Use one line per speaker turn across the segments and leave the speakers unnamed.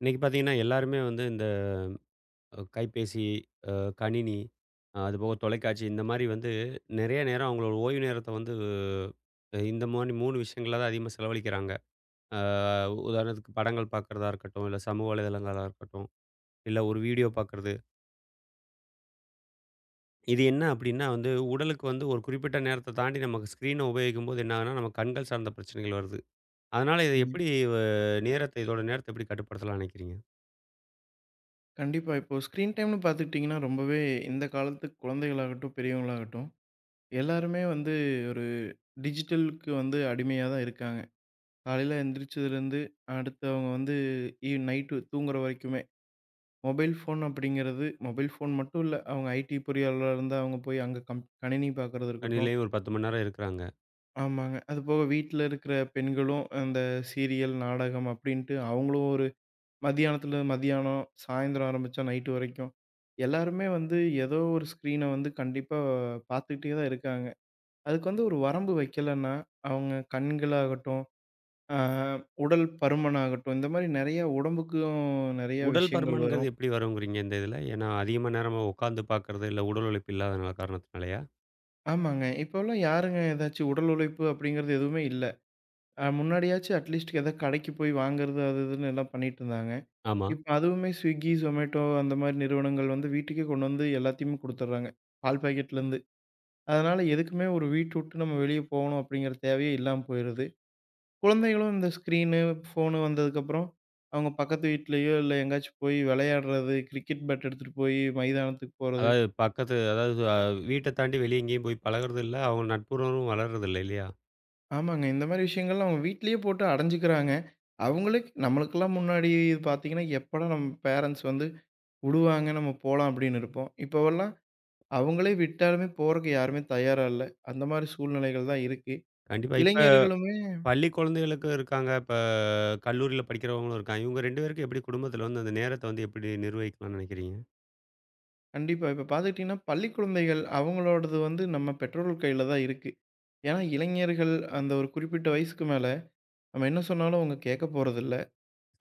இன்னைக்கு பார்த்தீங்கன்னா, எல்லாருமே வந்து இந்த கைபேசி, அ கணினி, அதுபோக தொலைக்காட்சி இந்த மாரி வந்து நெறைய நேரம் அவங்களோட ஓய்வு நேரத்த வந்து இந்த மாரி 3 விஷயங்கள்ல தான் அதிகமா செலவழிக்கிறாங்க. அ உதாரணத்துக்கு படங்கள் பார்க்கறதா இருக்கட்டும், இல்ல சமூக வலைதளங்களா இருக்கட்டும், இல்ல ஒரு வீடியோ பார்க்கறது. இது என்ன அப்டின்னா வந்து உடலுக்கு வந்து ஒரு குறிப்பிட்ட நேரத்த தாண்டி நமக்கு ஸ்க்ரீன உபயோகிக்கும்போது என்ன ஆகுதுன்னா, நம்ம கண்கள் சார்ந்த பிரச்சனைகள் வருது. அதனால இத
சரிங்க.
எப்டி வ நேரத்த இதோட நேரத்த எப்டி கட்டுப்படுத்தலாம்னு நெனைக்கிறீங்க?
கண்டிப்பா. இப்போ ஸ்க்ரீன் டைம்னு பார்த்துக்கிட்டிங்கன்னா, ரொம்பவே இந்த காலத்து குழந்தைகளாகட்டும், பெரியவங்களாகட்டும், எல்லாருமே வந்து ஒரு டிஜிட்டலுக்கு வந்து அடிமையா தான் இருக்காங்க. காலையில எந்திரிச்சதுலேருந்து, அடுத்து அவங்க வந்து ஈவ் நைட்டு தூங்குற வரைக்குமே. மொபைல் ஃபோன் அப்படிங்கிறது மொபைல் ஃபோன் மட்டும் இல்ல. அவங்க ஐடி பொறியாளரா இருந்தா அவங்க போய் அங்க கணினி பார்க்கறது இருக்கட்டும்.
கணினிலயும் ஒரு 10 மணி நேரம் இருக்குறாங்க.
ஆமாங்க. அதுபோக வீட்ல இருக்கிற பெண்களும் அந்த சீரியல், நாடகம் அப்படின்ட்டு அவங்களும் ஒரு மதியானத்துல மதியானம், சாயந்தரம் ஆரம்பிச்சா நைட்டு வரைக்கும். எல்லாருமே வந்து ஏதோ ஒரு ஸ்க்ரீன வந்து கண்டிப்பா பார்த்துக்கிட்டே தான் இருக்காங்க. அதுக்கு வந்து ஒரு வரம்பு வைக்கலன்னா, அவங்க கண்களாகட்டும், அ உடல் பருமனாகட்டும், இந்த மாரி நெறைய உடம்புக்கும் நெறைய
உடல்
விஷயங்கள் வரும்.
பருமன்ங்கிறது எப்படி வருங்கிறீங்க இந்த இதுல? ஏன்னா அதிகமா நேரமா உட்காந்து பார்க்கறது, இல்ல உடல் உழைப்பு இல்லாத காரணத்தினாலயா?
ஆமாங்க. இப்போலாம் யாருங்க ஏதாச்சும் உடல் உழைப்பு அப்படிங்கிறது எதுவுமே இல்ல. முன்னாடியாச்சும் அட்லீஸ்ட் ஏதோ கடைக்கு போய் வாங்குறது அது இதுன்னு எல்லாம் பண்ணிட்டுருந்தாங்க.
ஆமா.
இப்ப அதுவுமே Swiggy, Zomato அந்த மாரி நிறுவனங்கள் வந்து வீட்டுக்கே கொண்டு வந்து எல்லாத்தையுமே குடுத்துடுறாங்க. பால் பாக்கெட்லேருந்து. அதனால எதுக்குமே ஒரு வீட்ட விட்டு நம்ம வெளிய போகணும் அப்படிங்கிற தேவையே இல்லாம போயிருது. குழந்தைகளும் இந்த ஸ்க்ரீனு, ஃபோனு வந்ததுக்கப்புறம், அவங்க பக்கத்து வீட்லயோ, இல்ல எங்கேயாச்சும் போய் விளையாடுறது, கிரிக்கெட் பேட் எடுத்துட்டு போய் மைதானத்துக்கு போறது.
அதாவது வீட்ட தாண்டி வெளிய எங்கேயும் போய் பழகுறது இல்ல. அவங்க நட்புறவும் வளர்றது இல்ல, இல்லையா?
ஆமாங்க. இந்த மாரி விஷயங்கள்லாம் அவங்க வீட்லயே போட்டு அடைஞ்சுக்கிறாங்க. அவங்களே நம்மளுக்கெல்லாம் முன்னாடி இது பார்த்தீங்கன்னா, எப்படா நம்ம பேரண்ட்ஸ் வந்து விடுவாங்க, நம்ம போலாம் அப்படின்னு இருப்போம். இப்போவெல்லாம் அவங்களே விட்டாலுமே போறக்கு யாருமே தயாரா இல்ல. அந்த மாரி சூழ்நிலைகள் தான் இருக்கு.
கண்டிப்பா. இப்ப
இளைஞர்களுமே
பள்ளி குழந்தைகளுக்கு இருக்காங்க. இப்ப கல்லூரியில படிக்கிறவங்களும் இருக்காங்க. இவங்க 2 பேருக்கும் எப்படி குடும்பத்துல வந்து அந்த நேரத்த வந்து எப்படி நிர்வகிக்கலாம்னு நினைக்கிறீங்க?
கண்டிப்பா. இப்ப பார்த்துக்கிட்டீங்கன்னா, பள்ளி குழந்தைகள் அவங்களோடது வந்து நம்ம பெற்றோர்கள் கையில தான் இருக்கு. ஏன்னா, இளைஞர்கள் அந்த ஒரு குறிப்பிட்ட வயசுக்கு மேல, நம்ம என்ன சொன்னாலும் அவங்க கேட்க போறதில்ல.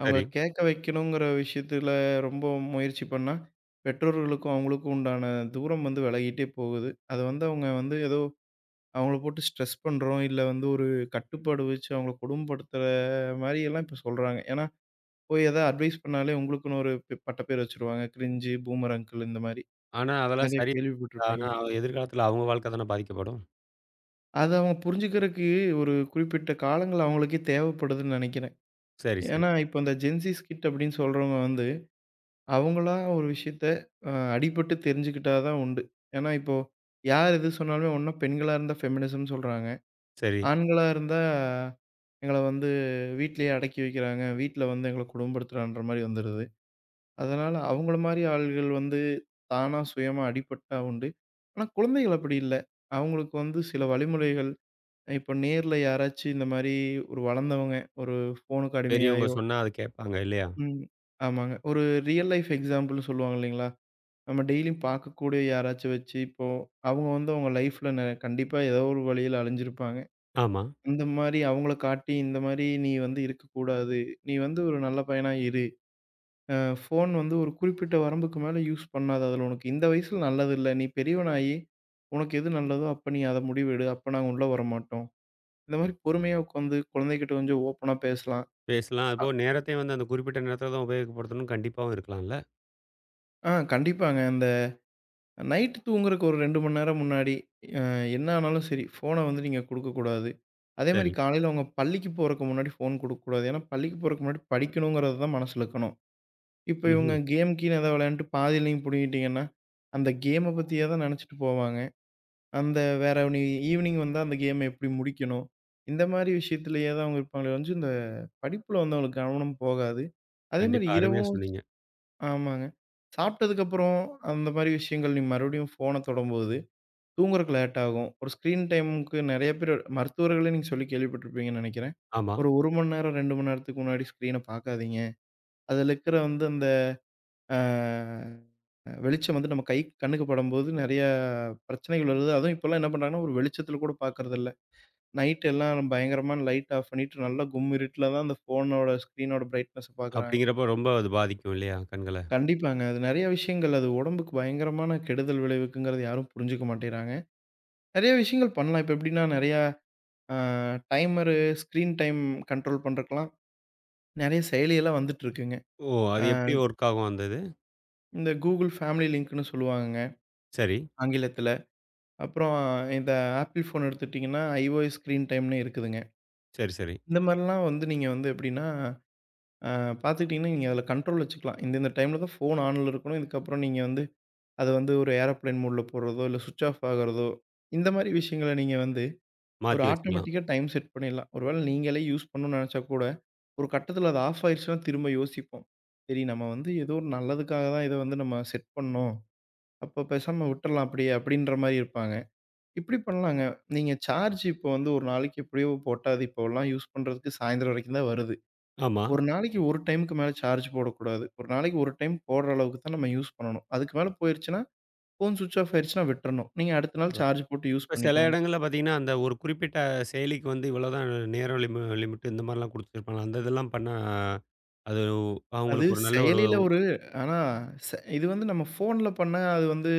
அவங்கள
சரி.
கேட்க வைக்கணுங்கிற விஷயத்துல ரொம்ப முயற்சி பண்ணா, பெற்றோர்களுக்கும் அவங்களுக்கும் உண்டான தூரம் வந்து விலகிட்டே போகுது. அத வந்து அவங்க வந்து ஏதோ அவங்கள போட்டு ஸ்ட்ரெஸ் பண்றோம், இல்ல வந்து ஒரு கட்டுப்பாடு வச்சு அவங்கள கொடுமைப்படுத்துற மாரியெல்லாம் இப்ப சொல்றாங்க. ஏன்னா, போய் எதா அட்வைஸ் பண்ணாலே உங்களுக்குன்னு ஒரு பட்டப்பேர் வச்சுருவாங்க. கிரிஞ்சு, பூமர் அங்கிள் இந்த மாரி
ஆனா அதெல்லாம்
நெறைய
சரி. ஆனா
கேள்விப்பட்டுருப்பீங்க.
எதிர்காலத்துல அவங்க வாழ்க்கை தானே பாதிக்கப்படும்.
அத அவங்க புரிஞ்சுக்கிறதுக்கு ஒரு குறிப்பிட்ட காலங்கள் அவங்களுக்கே தேவைப்படுதுன்னு நெனைக்கிறேன்.
சரி, சரி,
ஏன்னா, இப்ப இந்த ஜென்ஸிஸ் கிட் அப்படின்னு சொல்றவங்க வந்து, அவங்களா ஒரு விஷயத்த அடிபட்டு தெரிஞ்சுக்கிட்டா தான் உண்டு. ஏன்னா, இப்போ யார் எது சொன்னாலுமே ஒண்ணா பெண்களா இருந்தா ஃபெமினிசம்ன்னு சொல்றாங்க.
சரி.
ஆண்களா இருந்தா எங்கள வந்து வீட்லயே அடக்கி வைக்கிறாங்க. வீட்ல வந்து எங்கள கொடுமைப்படுத்துறான்ற மாரி வந்துருது. அதனால அவங்கள மாரி ஆள்கள் வந்து தானா சுயமா அடிபட்டா உண்டு. ஆனா, குழந்தைகள் அப்படி இல்ல. அவங்களுக்கு வந்து சில வழிமுறைகள் இப்போ நேர்ல யாராச்சும் இந்த மாரி ஒரு வளர்ந்தவங்க, ஒரு ஃபோனுக்கு
பெரியவங்க
அடிமையாயோ
சொன்னா அது கேட்பாங்க இல்லையா?
ம். ஆமாங்க. ஒரு ரியல் லைஃப் எக்ஸாம்பிள்னு சொல்லுவாங்க இல்லைங்களா? நம்ம டெய்லியும் பார்க்கக்கூடிய யாராச்சும் வச்சு, இப்போ அவங்க வந்து அவங்க லைஃப்ல கண்டிப்பா ஏதோ ஒரு வழியில அலைஞ்சிருப்பாங்க.
ஆமா.
அந்த மாரி அவங்கள காட்டி, இந்த மாரி நீ வந்து இருக்கக்கூடாது. நீ வந்து ஒரு நல்ல பையனா இரு. அ ஃபோன் வந்து ஒரு குறிப்பிட்ட வரம்புக்கு மேல யூஸ் பண்ணாத. அதில உனக்கு இந்த வயசுல நல்லது இல்ல. நீ பெரியவனாயி, உனக்கு எது நல்லதோ அப்ப நீ அத முடிவெடு. அப்ப நாங்க உள்ள வரமாட்டோம். இந்த மாரி பொறுமையா உட்காந்து குழந்தைகிட்ட கொஞ்சம் ஓப்பனா பேசலாம்.
பேசலாம்.
அ.
அதுபோக நேரத்தையும் வந்து அந்த குறிப்பிட்ட நேரத்தில தான் உபயோகப்படுத்தணும்னு கண்டிப்பாவும் இருக்கலாம்ல?
ஆ கண்டிப்பாங்க. அந்த நைட் தூங்குறதுக்கு ஒரு 2 மணி நேரம் முன்னாடி அ என்ன ஆனாலும் சரி, ஃபோன வந்து நீங்க குடுக்கக்கூடாது. அதே மாரி
சரி.
காலையில அவங்க பள்ளிக்கு போறக்கு முன்னாடி ஃபோன் குடுக்கக்கூடாது. ஏன்னா பள்ளிக்கு போறக்கு முன்னாடி படிக்கணுங்கிறது தான் மனசுல இருக்கணும். இப்ப இவங்க
ம்ஹ்ம்.
கேம் கீன்னு ஏதாவது விளையாண்டுட்டு பாதியில நீங்க புடுங்கிட்டீங்கன்னா, அந்த கேம பத்தியே தான் நெனச்சுட்டு போவாங்க. அந்த வேற நீ ஈவினிங் வந்தா அந்த கேம எப்படி முடிக்கணும்? இந்த மாரி விஷயத்திலேயே தான் அவங்க இருப்பாங்களே ஒழிஞ்சு, இந்த படிப்புல வந்து அவங்களுக்கு கவனம் போகாது. அதே மாரி
கண்டிப்பா. அருமையா
இரவும்
சொன்னீங்க.
ஆமாங்க. சாப்பிட்டதுக்கப்புறம் அந்த மாரி விஷயங்கள் நீங்க மறுபடியும் ஃபோன தொடம்போது, தூங்குறக்கு லேட் ஆகும். ஒரு ஸ்க்ரீன் டைமுக்கு நெறைய பேரு மருத்துவர்களே நீங்க சொல்லி கேள்விப்பட்டிருப்பீங்கன்னு நெனைக்கிறேன்.
ஆமா.
ஒரு 1 மணி நேரம், 2 மணி நேரத்துக்கு முன்னாடி ஸ்க்ரீன பாக்காதீங்க. அதுல இருக்கிற வந்து அந்த ஆ வெளிச்சம் வந்து நம்ம கை கண்ணுக்கு படும்போது நெறைய பிரச்சனைகள் வருது. அதுவும் இப்பலாம் என்ன பண்றாங்கன்னா, ஒரு வெளிச்சத்துல கூட பாக்குறதில்ல. நைட் எல்லாம் பயங்கரமான லைட் ஆஃப் பண்ணிட்டு நல்லா இருட்டுல தான் அந்த ஃபோனோட, ஸ்க்ரீனோட பிரைட்னஸ பாக்குறாங்க.
அப்படிங்கிறப்போ ரொம்ப அது பாதிக்கும் இல்லையா? கண்கள.
கண்டிப்பாங்க. அது நெறைய விஷயங்கள் அது உடம்புக்கு பயங்கரமான கெடுதல் விளைவிக்குங்கிறது யாரும் புரிஞ்சுக்க மாட்டேங்கிறாங்க. நெறைய விஷயங்கள் பண்ணலாம். இப்ப எப்படின்னா நெறையா அ டைமரு, ஸ்க்ரீன் டைம் கண்ட்ரோல் பண்றதுக்கெல்லாம் நெறைய செயலியெல்லாம் வந்துட்டு இருக்குங்க.
ஓ! அது
அ
எப்படி ஒர்க் ஆகும் அந்த இது?
இந்த Google ஃபேமிலி லிங்க்ன்னு சொல்லுவாங்கங்க
சரி,
ஆங்கிலத்தில. அப்புறம் இந்த Apple ஃபோன் எடுத்துக்கிட்டிங்கன்னா, iOS ஸ்க்ரீன் டைம்னு இருக்குதுங்க.
சரி, சரி.
இந்த மாரிலாம் வந்து நீங்க வந்து எப்படின்னா, அ பார்த்துக்கிட்டிங்கன்னா, நீங்க அதில கண்ட்ரோல் வச்சுக்கலாம். இந்த இந்த டைம்ல தான் ஃபோன் ஆன்ல இருக்கணும். இதுக்கப்புறம் நீங்க வந்து அது வந்து ஒரு ஏரோப்ளேன் மோட்ல போடுறதோ, இல்ல ஸ்விட்ச் ஆஃப் ஆகுறதோ, இந்த மாரி விஷயங்கள நீங்க வந்து ஒரு
மாத்தி வச்சுக்கலாம்.
ஆட்டோமேட்டிக்கா டைம் செட் பண்ணிடலாம். ஒரு வேள நீங்களே யூஸ் பண்ணணும்னு நெனச்சா கூட, ஒரு கட்டத்துல அது ஆஃப் ஆயிருச்சுனா திரும்ப யோசிப்போம். சரி நம்ம வந்து ஏதோ ஒரு நல்லதுக்காக தான் இத வந்து நம்ம செட் பண்ணோம். அப்ப பேசாம விட்டுறலாம் அப்படியே அப்படின்ற மாரி இருப்பாங்க. இப்படி பண்ணலாங்க. நீங்க சார்ஜ் இப்போ வந்து ஒரு நாளைக்கு எப்படியோ போட்டா, அது இப்போலாம் யூஸ் பண்றதுக்கு சாயந்தரம் வரைக்கும் தான் வருது.
ஆமா.
ஒரு நாளைக்கு ஒரு டைமுக்கு மேல சார்ஜ் போடக்கூடாது. ஒரு நாளைக்கு ஒரு டைம் போடுற அளவுக்கு தான் நம்ம யூஸ் பண்ணணும். அதுக்கு மேல போயிருச்சுனா ஃபோன் ஸ்விட்ச் ஆஃப் ஆயிருச்சுன்னா விட்டுறணும். நீங்க அடுத்த நாள்
கண்டிப்பா.
சார்ஜ் போட்டு யூஸ்
இப்ப சில
பண்ணிக்கோங்க.
இடங்கள்ல பார்த்தீங்கன்னா, அந்த ஒரு குறிப்பிட்ட செயலிக்கு வந்து இவ்வளோதான் நேரம் லிமிட் இந்த மாரிலாம் குடுத்துருப்பாங்க. அந்த இதெல்லாம் பண்ணா அது
அது
அவங்களுக்கு ஒரு நல்ல ஒரு
செயலில ஒரு ஆனா இது வந்து நம்ம ஃபோன்ல பண்ணா அது வந்து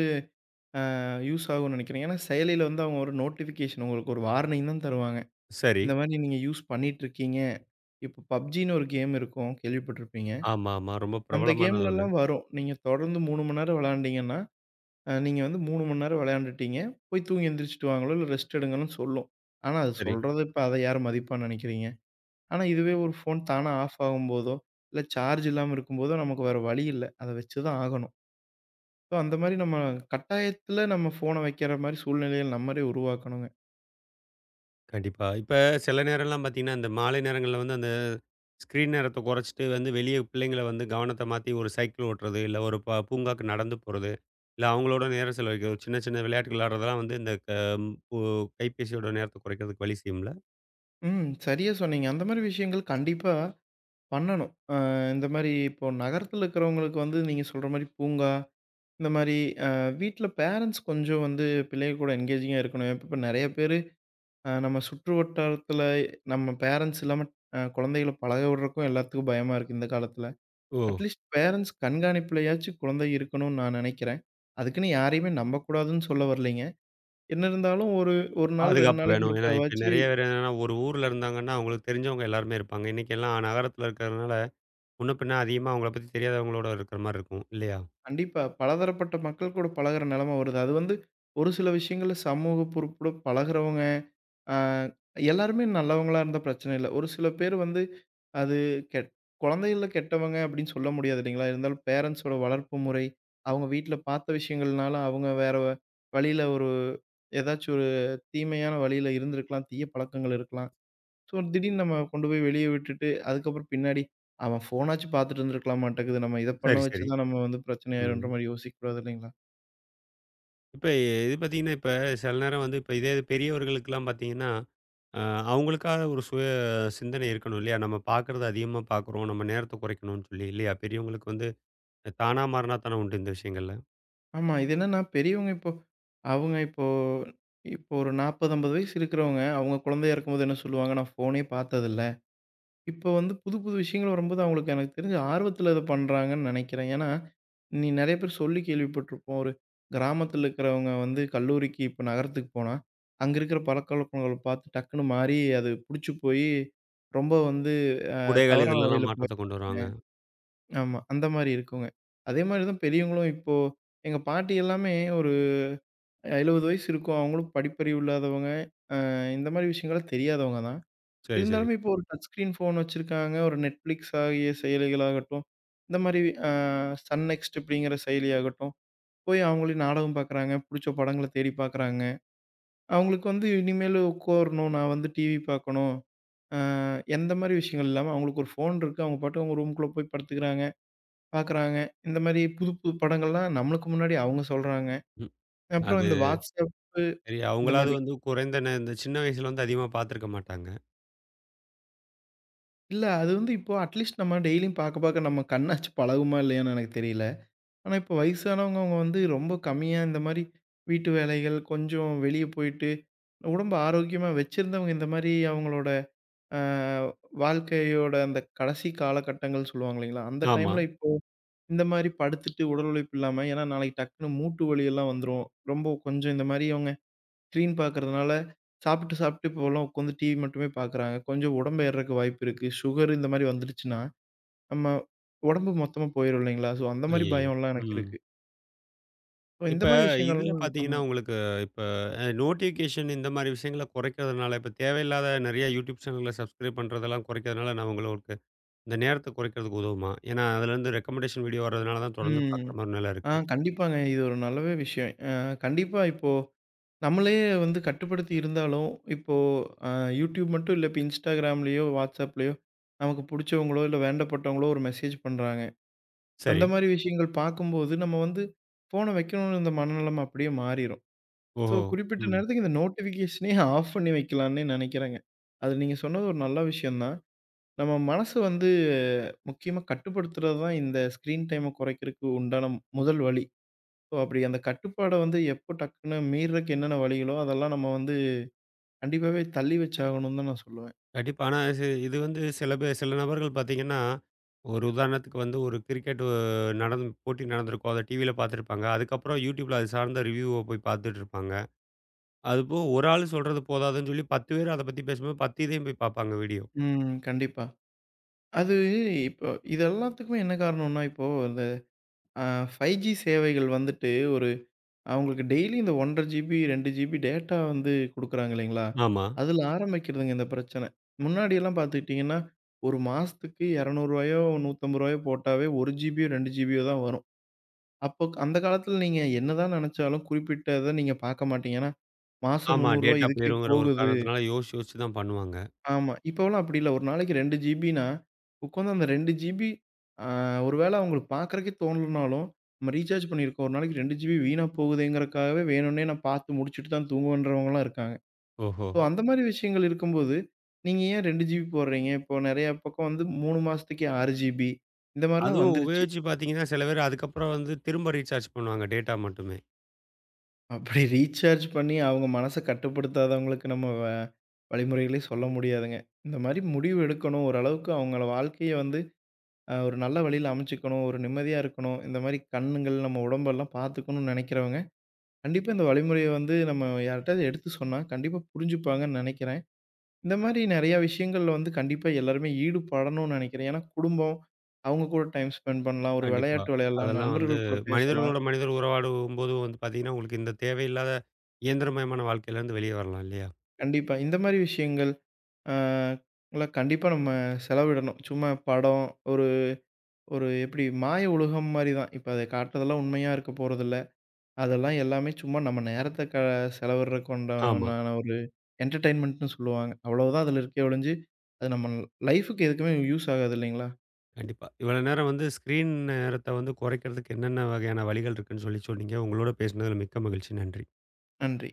அ யூஸ் ஆகும்னு நினைக்கிறேன். ஏன்னா செயலில வந்து அவங்க ஒரு நோட்டிஃபிகேஷன் உங்களுக்கு ஒரு வார்னிங் தான் தருவாங்க.
சரி.
இந்த மாரி நீங்க யூஸ் பண்ணிட்டு இருக்கீங்க. இப்போ PUBGன்னு ஒரு கேம் இருக்கும் கேள்விப்பட்டிருப்பீங்க.
ஆமாமா. ரொம்ப
அந்த
பிரபலமானது ஒண்ணு.
கேம்லலாம் வரும். நீங்க தொடர்ந்து 3 மணி நேரம் விளையாண்டீங்கன்னா, நீங்க வந்து 3 மணி நேரம் விளையாண்டுட்டீங்க. போய் தூங்கி எந்திரிச்சுட்டு வாங்களோ, இல்ல ரெஸ்ட் எடுங்கன்னு சொல்லும். ஆனா அது
சரி.
சொல்றத இப்ப அத யார் மதிப்பான்னு நினைக்கிறீங்க? ஆனா, இதுவே ஒரு ஃபோன் தானா ஆஃப் ஆகும்போதோ, இல்ல சார்ஜ் இல்லாம இருக்கும்போதோ, நமக்கு வேற வழி இல்ல. அத வச்சுதான் ஆகணும். ஸோ, அந்த மாரி நம்ம கட்டாயத்துல நம்ம ஃபோன வைக்கிற மாரி சூழ்நிலைகள் நம்மளே உருவாக்கணுங்க.
கண்டிப்பா. இப்ப சில நேரம்லாம் பார்த்தீங்கன்னா, அந்த மாலை நேரங்கள்ல வந்து அந்த ஸ்க்ரீன் நேரத்த குறைச்சிட்டு வந்து வெளிய பிள்ளைங்கள வந்து கவனத்த மாத்தி ஒரு சைக்கிள் ஓட்டுறது, இல்ல ஒரு பூங்காக்கு நடந்து போறது, இல்ல அவங்களோட நேரம் செலவழிக்கிறது, சின்ன சின்ன விளையாட்டுகள் விளையாடுறதெல்லாம் வந்து இந்த க ஒ கைபேசியோட நேரத்த குறைக்கிறதுக்கு வழி செய்யும்ல?
ம். சரியா சொன்னீங்க. அந்த மாரி விஷயங்கள் கண்டிப்பா பண்ணணும். இந்த மாரி இப்போ நகரத்துல இருக்கிறவங்களுக்கு வந்து நீங்க சொல்ற மாரி பூங்கா, இந்த மாரி அ வீட்ல பேரண்ட்ஸ் கொஞ்சம் வந்து பிள்ளைங்க கூட என்கேஜிங்கா இருக்கணும். இப்ப நெறைய பேரு நம்ம சுற்று வட்டாரத்துல நம்ம பேரண்ட்ஸ் இல்லாம குழந்தைகள பழக விடுறதுக்கும் எல்லாத்துக்கும் பயமா இருக்கு இந்த காலத்துல.
ஓ!
அட்லீஸ்ட் பேரண்ட்ஸ் கண்காணிப்புலயாச்சும் குழந்தை இருக்கணும்னு நான் நினைக்கிறேன். அதுக்குன்னு யாரையுமே நம்பக்கூடாதுன்னு சொல்ல வரலைங்க. என்ன இருந்தாலும் ஒரு 1 நாள் 2
பாதுகாப்பு
நாளைக்கு
வேணும். ஏன்னா, இப்ப
ஒருக்காவாச்சு
நெறைய பேர் என்னன்னா, ஒரு ஊர்ல இருந்தாங்கன்னா, அவங்களுக்கு தெரிஞ்சவங்க எல்லாருமே இருப்பாங்க. இன்னைக்கு எல்லாம் நகரத்துல இருக்கிறதுனால, முன்ன பின்ன அதிகமா அவங்கள பத்தி தெரியாதவங்களோட இருக்கிற மாரி இருக்கும். இல்லையா?
கண்டிப்பா. பலதரப்பட்ட மக்கள் கூட பழகுற நெலம வருது. அது வந்து ஒரு சில விஷயங்கள்ல சமூக பொறுப்போட பழகுறவங்க, அ எல்லாருமே நல்லவங்களா இருந்தா பிரச்சனை இல்ல. ஒரு சில பேர் வந்து அது கெட் குழந்தைகள்ல கெட்டவங்க அப்படின்னு சொல்ல முடியாது இல்லைங்களா? இருந்தாலும் பேரண்ட்ஸோட வளர்ப்பு முறை, அவங்க வீட்ல பார்த்த விஷயங்கள்னால அவங்க வேற வழியில ஒரு ஏதாச்சும் ஒரு தீமையான வழியில இருந்திருக்கலாம். தீய பழக்கங்கள் இருக்கலாம். ஸோ, திடீர்னு நம்ம கொண்டு போய் வெளிய விட்டுட்டு, அதுக்கப்புறம் பின்னாடி அவன் ஃபோனாச்சும் பார்த்துட்டு இருந்திருக்கலாம் மாட்டேங்குது. நம்ம இத பண்ண
சரி, சரி.
வச்சு தான் நம்ம வந்து பிரச்சனை ஆயிரும்ன்ற
ம்.
மாரி யோசிக்கக்கூடாது இல்லைங்களா?
இப்ப இது பார்த்தீங்கன்னா, இப்ப சில நேரம் வந்து இப்ப இதே இது பெரியவர்களுக்கெல்லாம் பார்த்தீங்கன்னா, அ அவங்களுக்காக ஒரு சுய சிந்தனை இருக்கணும் இல்லையா? நம்ம பார்க்குறத அதிகமா பார்க்குறோம். நம்ம நேரத்த குறைக்கணும்னு சொல்லி இல்லையா? பெரியவங்களுக்கு வந்து தானா மாறினா தானே உண்டு இந்த விஷயங்கள்ல.
ஆமா. இது என்னன்னா பெரியவங்க இப்போ அவங்க இப்போ இப்போ ஒரு 40, 50 வயசு இருக்கிறவங்க அவங்க குழந்தையா இருக்கும்போது என்ன சொல்லுவாங்க, "நான் ஃபோனே பார்த்ததில்ல." இப்போ வந்து புது, புது விஷயங்கள் வரும்போது அவங்களுக்கு எனக்கு தெரிஞ்சு ஆர்வத்தில இத பண்றாங்கன்னு நெனைக்கிறேன். ஏன்னா, நீ நெறைய பேர் சொல்லி கேள்விப்பட்டுருப்போம். ஒரு கிராமத்தில இருக்கிறவங்க வந்து கல்லூரிக்கு இப்ப நகரத்துக்கு போனா, அங்க இருக்கிற பழக்கவழக்கங்கள பார்த்து டக்குனு மாறி அது புடிச்சு போயி, ரொம்ப வந்து
உடைகள்
தவறான
இதுலலாம்
வழியில
மாற்றத்த கொண்டு
போயிருங்க.
வருவாங்க.
ஆமா. அந்த மாரி இருக்குங்க. அதே மாரி தான் பெரியவங்களும் இப்போ எங்க பாட்டி எல்லாமே ஒரு 70 வயசு இருக்கும். அவங்களும் படிப்பறிவு இல்லாதவங்க. அ இந்த மாரி விஷயங்கள்லாம் தெரியாதவங்க தான்.
சரி, சரி.
இருந்தாலுமே இப்போ ஒரு டச் ஸ்க்ரீன் ஃபோன் வச்சிருக்காங்க. ஒரு Netflix ஆகிய செயலிகளாகட்டும், இந்த மாரி அ சன் நெக்ஸ்ட் அப்படிங்கிற செயலியாகட்டும், போய் அவங்களே நாடகம் பார்க்குறாங்க. புடிச்ச படங்கள தேடி பார்க்குறாங்க. அவங்களுக்கு வந்து இனிமேலு உட்காரணும், நான் வந்து டிவி பார்க்கணும். அ எந்த மாரி விஷயங்கள் இல்லாம அவங்களுக்கு ஒரு ஃபோன் இருக்கு. அவங்க பாட்டுக்கு அவங்க ரூம்குள்ள போய் படுத்துக்கிறாங்க, பார்க்குறாங்க. இந்த மாரி புது புது படங்கள்லாம் நம்மளுக்கு முன்னாடி அவங்க சொல்றாங்க.
ம்.
அப்புறம்
அது
இந்த WhatsApp
சரி,
இந்த
அவங்களாவது
மாரி.
வந்து குறைந்த நே இந்த சின்ன வயசுல வந்து அதிகமா பார்த்துருக்க மாட்டாங்க.
இல்ல அது வந்து இப்போ அட்லீஸ்ட் நம்ம டெய்லியும் பார்க்க பார்க்க நம்ம கண்ணாச்சு பழகுமா இல்லையான்னு எனக்கு தெரியல. ஆனா, இப்ப வயசானவங்க அவங்க வந்து ரொம்ப கம்மியா இந்த மாரி வீட்டு வேலைகள், கொஞ்சம் வெளிய போயிட்டு, உடம்ப ஆரோக்கியமா வச்சிருந்தவங்க இந்த மாரி அவங்களோட அ வாழ்க்கையோட அந்த கடைசி காலகட்டங்கள் சொல்லுவாங்க இல்லைங்களா? அந்த
ஆமா.
டைம்ல இப்போ இந்த மாரி படுத்துட்டு உடல் உழைப்பு இல்லாம ஏன்னா நாளைக்கு டக்குனு மூட்டு வலி எல்லாம் வந்துரும். ரொம்ப கொஞ்சம் இந்த மாரி அவங்க ஸ்க்ரீன் பார்க்கறதுனால சாப்பிட்டு, சாப்பிட்டு இப்போலாம் உட்காந்து டிவி மட்டுமே பார்க்குறாங்க. கொஞ்சம் உடம்பு ஏறுறக்கு வாய்ப்பு இருக்கு. சுகர் இந்த மாரி வந்துருச்சுன்னா, நம்ம உடம்பு மொத்தமா போயிரும் இல்லைங்களா? ஸோ அந்த மாரி
ஐய்யய்யோ!
பயம்லாம் எனக்கு
ம்.
இருக்கு. ஓ! இந்த
இப்ப
மாரி
இதுல
விஷயங்கள்லாம் ஆமா.
பார்த்தீங்கன்னா, உங்களுக்கு இப்ப நோட்டிஃபிகேஷன் இந்த மாரி விஷயங்கள குறைக்கிறதுனால, இப்ப தேவையில்லாத நெறைய யூடியூப் சேனல்ல சப்ஸ்கிரைப் பண்றதெல்லாம் குறைக்கிறதுனால, நான் உங்களுக்கு இந்த நேரத்த குறைக்கிறதுக்கு உதவுமா? ஏன்னா, அதுலேருந்து ரெக்கமெண்டேஷன் வீடியோ வர்றதுனால தான் தொடர்ந்து
ம்.
பார்க்குற மாரி நிலை
ஆ
இருக்கு.
கண்டிப்பாங்க. இது ஒரு நல்லவே விஷயம். கண்டிப்பா இப்போ நம்மளே வந்து கட்டுப்படுத்தி இருந்தாலும், இப்போ அ YouTube மட்டும் இல்ல, இப்ப Instagramலயோ, WhatsAppலயோ நமக்கு புடிச்சவங்களோ, இல்ல வேண்டப்பட்டவங்களோ ஒரு மெசேஜ் பண்றாங்க. அந்த
சரி.
மாரி விஷயங்கள் பார்க்கும்போது, நம்ம வந்து ஃபோன வைக்கணும்னு இந்த மனநெலம அப்படியே மாறிரும். ஸோ,
ஓஹோ!
குறிப்பிட்ட
ம்.
நேரத்துக்கு இந்த நோட்டிஃபிகேஷனயே ஆஃப் பண்ணி வைக்கலாம்னே நெனைக்கிறேங்க. அது நீங்க சொன்னது ஒரு நல்ல விஷயம் தான். நம்ம மனசு வந்து முக்கியமா கட்டுப்படுத்துறது தான் இந்த ஸ்க்ரீன் டைம குறைக்கிறதுக்கு உண்டான முதல் வழி. ஸோ, அப்படி அந்த கட்டுப்பாட வந்து எப்போ டக்குன்னு மீறுறதுக்கு என்னென்ன வழிகளோ, அதெல்லாம் நம்ம வந்து கண்டிப்பாவே தள்ளி வச்சாகணும்னு தான் நான் சொல்லுவேன்.
கண்டிப்பா. ஆனா இது இது வந்து சில பேர், சில நபர்கள் பார்த்தீங்கன்னா, ஒரு உதாரணத்துக்கு வந்து ஒரு கிரிக்கெட் போட்டி நடந்திருக்கும். அத டிவியில பார்த்துருப்பாங்க. அதுக்கப்புறம் யூடியூப்ல அது சார்ந்த ரிவ்யூவ போய் பார்த்துட்டு இருப்பாங்க. அதுபோக ஒரு ஆள் சொல்றது போதாதுன்னு சொல்லி 10 பேர் அத பத்தி பேசும்போது 10 இதையும் போய் பார்ப்பாங்க வீடியோ.
ம். கண்டிப்பா. அது இப்போ இது எல்லாத்துக்குமே என்ன காரணம்னா, இப்போ இந்த அ 5G சேவைகள் வந்துட்டு அவங்களுக்கு டெய்லி இந்த 1 1/2 ஜிபி, 2 ஜிபி டேட்டா வந்து குடுக்குறாங்க இல்லைங்களா?
ஆமா.
அதுல ஆரம்பிக்கிறதுங்க இந்த பிரச்சனை. முன்னாடியெல்லாம் பார்த்துக்கிட்டீங்கன்னா, ஒரு மாசத்துக்கு ரூ. 200 ரூ. 150 போட்டாவே 1 ஜிபியோ, 2 ஜிபியோ தான் வரும். அப்போ அந்த காலத்துல நீங்க என்னதான் நெனச்சாலும் குறிப்பிட்ட இத நீங்க பார்க்க மாட்டீங்க. ஏன்னா, மாசம் ரூ.
ஆமா.
300
டேட்டா
இதுக்கே
போயிருங்கிற ஒரு
போகுது.
காரணத்தினால யோசிச்சு யோசிச்சு தான் பண்ணுவாங்க.
ஆமா. இப்போலாம் அப்படி இல்ல. ஒரு நாளைக்கு 2 ஜிபின்னா, உட்காந்து அந்த 2 ஜிபி அ ஒரு வேள அவங்களுக்கு பார்க்கறக்கே தோணலனாலும், நம்ம ரீசார்ஜ் பண்ணியிருக்கோம். ஒரு நாளைக்கு 2 ஜிபி வீணா போகுதேங்கிறக்காகவே வேணும்னே நான் பார்த்து முடிச்சுட்டு தான் தூங்குவேன்றவங்கலாம் இருக்காங்க.
ஓஹோ!
ஸோ அந்த மாரி விஷயங்கள் இருக்கும்போது, நீங்க ஏன் 2 ஜிபி போடுறீங்க? இப்போ நெறைய பக்கம் வந்து 3 மாசத்துக்கே 6 ஜிபி இந்த மாரிலாம்
அதுவும்
வந்துருச்சு.
உபயோகிச்சு பார்த்தீங்கன்னா, சில பேர் அதுக்கப்புறம் வந்து திரும்ப ரீசார்ஜ் பண்ணுவாங்க டேட்டா மட்டுமே.
அப்படி ரீசார்ஜ் பண்ணி அவங்க மனச கட்டுப்படுத்தாதவங்களுக்கு நம்ம வழிமுறைகளே சொல்ல முடியாதுங்க. இந்த மாரி முடிவு எடுக்கணும். ஓரளவுக்கு அவங்கள வாழ்க்கைய வந்து ஒரு நல்ல வழியில அமைச்சுக்கணும், ஒரு நிம்மதியா இருக்கணும், இந்த மாரி கண்ணுங்கள், நம்ம உடம்பெல்லாம் பார்த்துக்கணும்னு நெனைக்கிறவங்க, கண்டிப்பா இந்த வழிமுறைய வந்து நம்ம யார்ட்டயாவது எடுத்து சொன்னா, கண்டிப்பா புரிஞ்சுப்பாங்கன்னு நெனைக்கிறேன். இந்த மாரி நெறையா விஷயங்கள்ல வந்து கண்டிப்பா எல்லாருமே ஈடுபடணும்னு நெனைக்கிறேன். ஏன்னா குடும்பம், அவங்க கூட டைம் ஸ்பெண்ட் பண்ணலாம், ஒரு
கண்டிப்பா.
விளையாட்டு விளையாடலாம்,
அதெல்லாம் வந்து
நண்பர்கள் கூட பேசலாம்.
மனிதர்களோட மனிதர் உறவாடும்போது வந்து பார்த்தீங்கன்னா, உங்களுக்கு இந்த தேவையில்லாத இயந்திரமயமான வாழ்க்கையிலேருந்து வெளியே வரலாம் இல்லையா?
கண்டிப்பா இந்த மாரி விஷயங்கள் அ எல்லாம் கண்டிப்பா நம்ம செலவிடணும். சும்மா படம், ஒரு ஒரு எப்படி மாய உலகம் மாரி தான். இப்ப அத காட்டுறதெல்லாம் உண்மையா இருக்க போறதில்ல. அதெல்லாம் எல்லாமே சும்மா நம்ம நேரத்த செலவிடுறக்கு
ஆமா.
உண்டான ஒரு என்டர்டெயின்மெண்ட்ன்னு சொல்லுவாங்க. அவ்வளவுதான் அதுல இருக்கே ஒழிஞ்சு, அது நம்ம லைஃப்க்கு எதுக்குமே யூஸ் ஆகாது இல்லைங்களா?
கண்டிப்பா. இவ்வளோ நேரம் வந்து ஸ்க்ரீன் நேரத்த வந்து குறைக்கிறதுக்கு என்னென்ன வகையான வழிகள் இருக்குன்னு சொல்லி சொன்னீங்க. உங்களோட பேசினதில மிக்க மகிழ்ச்சி. நன்றி.
நன்றி.